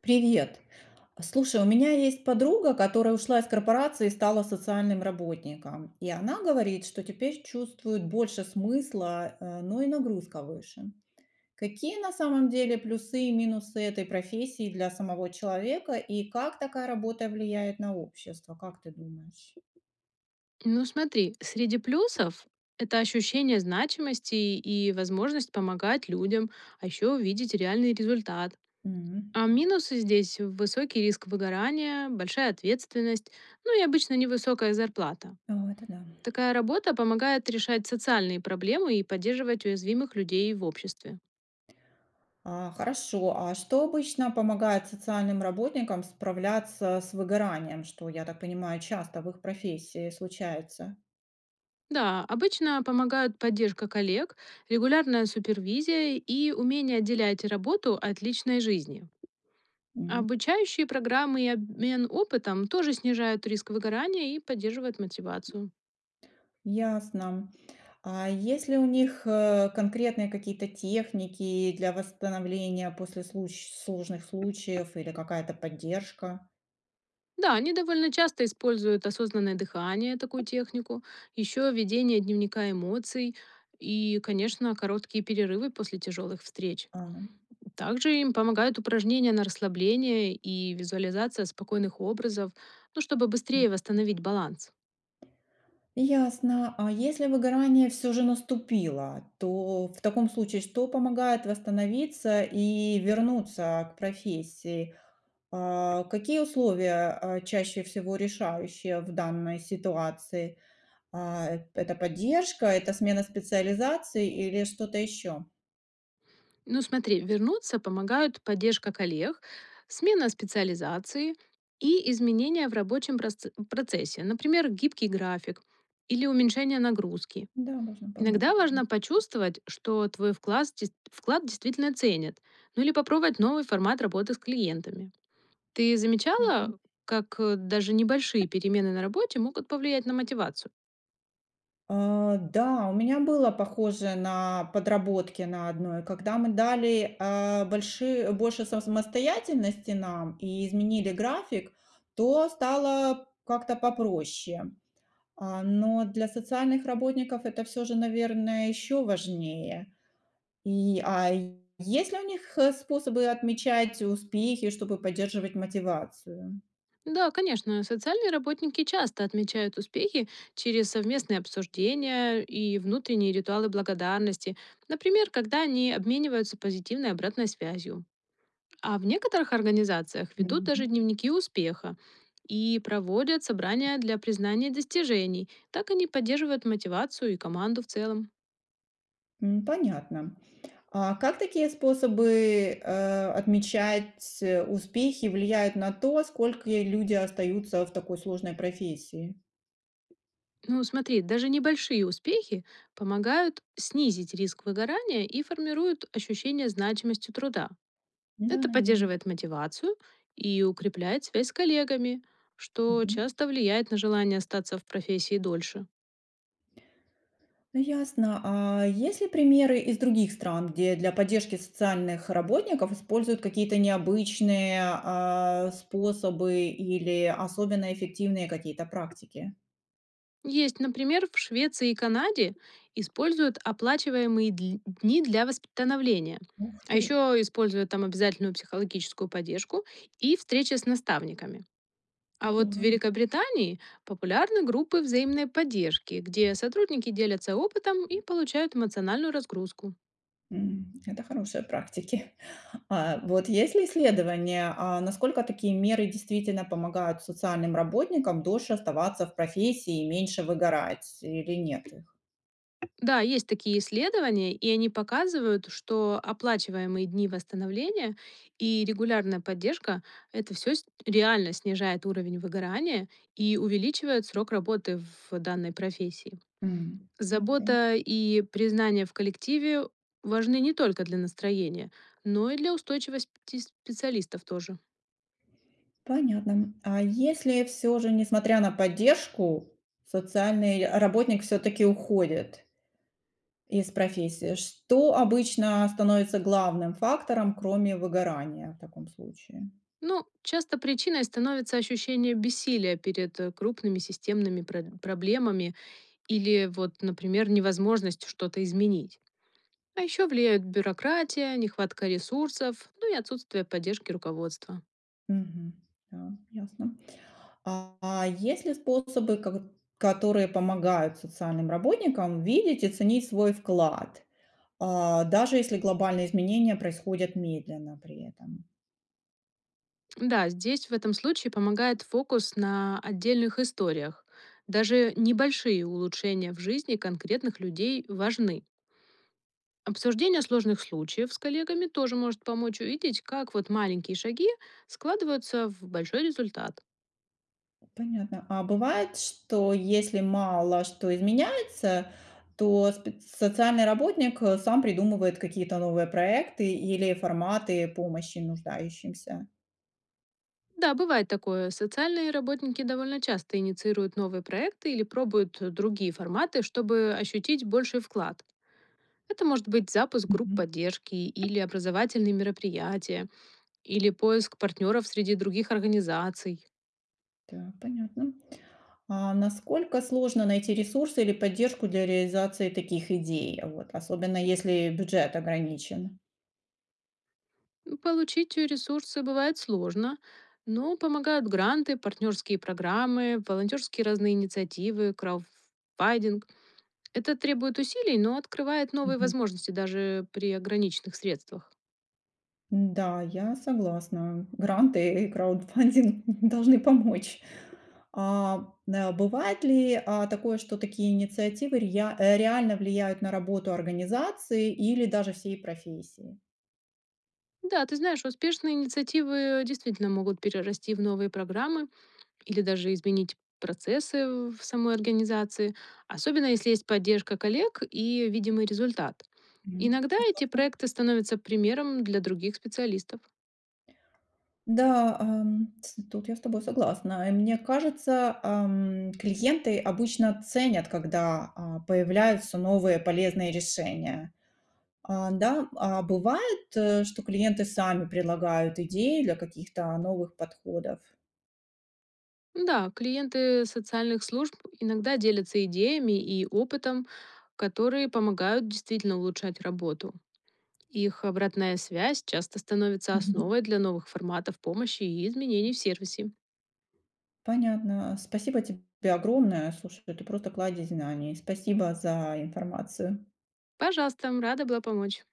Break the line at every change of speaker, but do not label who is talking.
Привет. Слушай, у меня есть подруга, которая ушла из корпорации и стала социальным работником. И она говорит, что теперь чувствует больше смысла, но и нагрузка выше. Какие на самом деле плюсы и минусы этой профессии для самого человека и как такая работа влияет на общество, как ты думаешь?
Ну смотри, среди плюсов это ощущение значимости и возможность помогать людям, а еще увидеть реальный результат.
Мгм.
А минусы здесь высокий риск выгорания, большая ответственность, ну и обычно невысокая зарплата.
О, это да.
Такая работа помогает решать социальные проблемы и поддерживать уязвимых людей в обществе.
А, хорошо. А что обычно помогает социальным работникам справляться с выгоранием, что, я так понимаю, часто в их профессии случается?
Да, обычно помогают поддержка коллег, регулярная супервизия и умение отделять работу от личной жизни.
Мгм.
Обучающие программы и обмен опытом тоже снижают риск выгорания и поддерживают мотивацию.
Ясно. А есть ли у них, конкретные какие-то техники для восстановления после случ сложных случаев или какая-то поддержка?
Да, они довольно часто используют осознанное дыхание, такую технику, еще ведение дневника эмоций и, конечно, короткие перерывы после тяжелых встреч.
Ага.
Также им помогают упражнения на расслабление и визуализация спокойных образов, ну, чтобы
М.
быстрее восстановить баланс.
Ясно. А если выгорание все же наступило, то в таком случае что помогает восстановиться и вернуться к профессии? А, какие условия, а, чаще всего решающие в данной ситуации? Это поддержка, это смена специализации или что-то еще?
Ну смотри, вернуться помогают поддержка коллег, смена специализации и изменения в рабочем процессе, например, гибкий график или уменьшение нагрузки.
Да, должно помочь.
Иногда важно почувствовать, что твой вклад, вклад действительно ценят, ну или попробовать новый формат работы с клиентами. Ты
Мгм.
замечала, как даже небольшие перемены на работе могут повлиять на мотивацию?
А, да, у меня было похоже на подработки на одной, когда мы дали, а, больши больше са самостоятельности нам и изменили график, то стало как-то попроще. А, но для социальных работников это все же, наверное, еще важнее. И, а есть ли у них, способы отмечать успехи, чтобы поддерживать мотивацию?
Да, конечно, социальные работники часто отмечают успехи через совместные обсуждения и внутренние ритуалы благодарности, например, когда они обмениваются позитивной обратной связью. А в некоторых организациях ведут даже
Мгм.
дневники успеха и проводят собрания для признания достижений. Так они поддерживают мотивацию и команду в целом.
М, понятно. А как такие способы, отмечать, успехи влияют на то, сколько люди остаются в такой сложной профессии?
Ну, смотри, даже небольшие успехи помогают снизить риск выгорания и формируют ощущение значимости труда.
Да,
Это
наверное.
поддерживает мотивацию и укрепляет связь с коллегами, что
Мгм.
часто влияет на желание остаться в профессии дольше.
Ну, ясно. А есть ли примеры из других стран, где для поддержки социальных работников используют какие-то необычные способы или особенно эффективные какие-то практики?
Есть, например, в Швеции и Канаде используют оплачиваемые дни для восстановления,
Ух
а
ты,
еще используют там обязательную психологическую поддержку и встречи с наставниками. А вот в
здорово.
Великобритании популярны группы взаимной поддержки, где сотрудники делятся опытом и получают эмоциональную разгрузку.
М, это хорошие практики. А, вот есть ли исследования, насколько такие меры действительно помогают социальным работникам дольше оставаться в профессии и меньше выгорать или нет?
Да, есть такие исследования, и они показывают, что оплачиваемые дни восстановления и регулярная поддержка — это все реально снижает уровень выгорания и увеличивает срок работы в данной профессии.
М, окей,
Забота и признание в коллективе важны не только для настроения, но и для устойчивости специалистов тоже.
понятно. А если все же, несмотря на поддержку, социальный работник все таки уходит из профессии, что обычно становится главным фактором, кроме выгорания в таком случае?
Ну, часто причиной становится ощущение бессилия перед крупными системными проблемами. Или вот, например, невозможность что-то изменить. А еще влияют бюрократия, нехватка ресурсов, ну и отсутствие поддержки руководства.
Мгм. Да, ясно. А есть ли способы, ко которые помогают социальным работникам видеть и ценить свой вклад? А, даже если глобальные изменения происходят медленно при этом.
Да, здесь в этом случае помогает фокус на отдельных историях. Даже небольшие улучшения в жизни конкретных людей важны. Обсуждение сложных случаев с коллегами тоже может помочь увидеть, как вот маленькие шаги складываются в большой результат.
Понятно. А бывает, что если мало что изменяется, то спе социальный работник, сам придумывает какие-то новые проекты или форматы помощи нуждающимся?
Да, бывает такое. Социальные работники довольно часто инициируют новые проекты или пробуют другие форматы, чтобы ощутить больший вклад. Это может быть запуск групп
Мгм.
поддержки или образовательные мероприятия, или поиск партнеров среди других организаций.
Да, понятно. А насколько сложно найти ресурсы или поддержку для реализации таких идей, вот, особенно если бюджет ограничен?
Получить ресурсы бывает сложно, но помогают гранты, партнерские программы, волонтерские разные инициативы, краудфандинг. Это требует усилий, но открывает новые
Мгм.
возможности даже при ограниченных средствах.
Да, я согласна. Гранты и краудфандинг должны помочь. Бывает ли такое, что такие инициативы реально влияют на работу организации или даже всей профессии?
Да, ты знаешь, успешные инициативы действительно могут перерасти в новые программы или даже изменить процессы в самой организации, особенно если есть поддержка коллег и видимый результат.
Мгм.
Иногда эти
Согласна.
проекты становятся примером для других специалистов.
Да, ам, ц тут я с тобой согласна. И мне кажется, клиенты обычно ценят, когда, появляются новые полезные решения. А, да, а бывает, что клиенты сами предлагают идеи для каких-то новых подходов.
Да, клиенты социальных служб иногда делятся идеями и опытом, которые помогают действительно улучшать работу. Их обратная связь часто становится
Мгм.
основой для новых форматов помощи и изменений в сервисе.
Понятно. Спасибо тебе огромное. Слушай, ты просто кладезь знаний. Спасибо за информацию.
Пожалуйста, рада была помочь.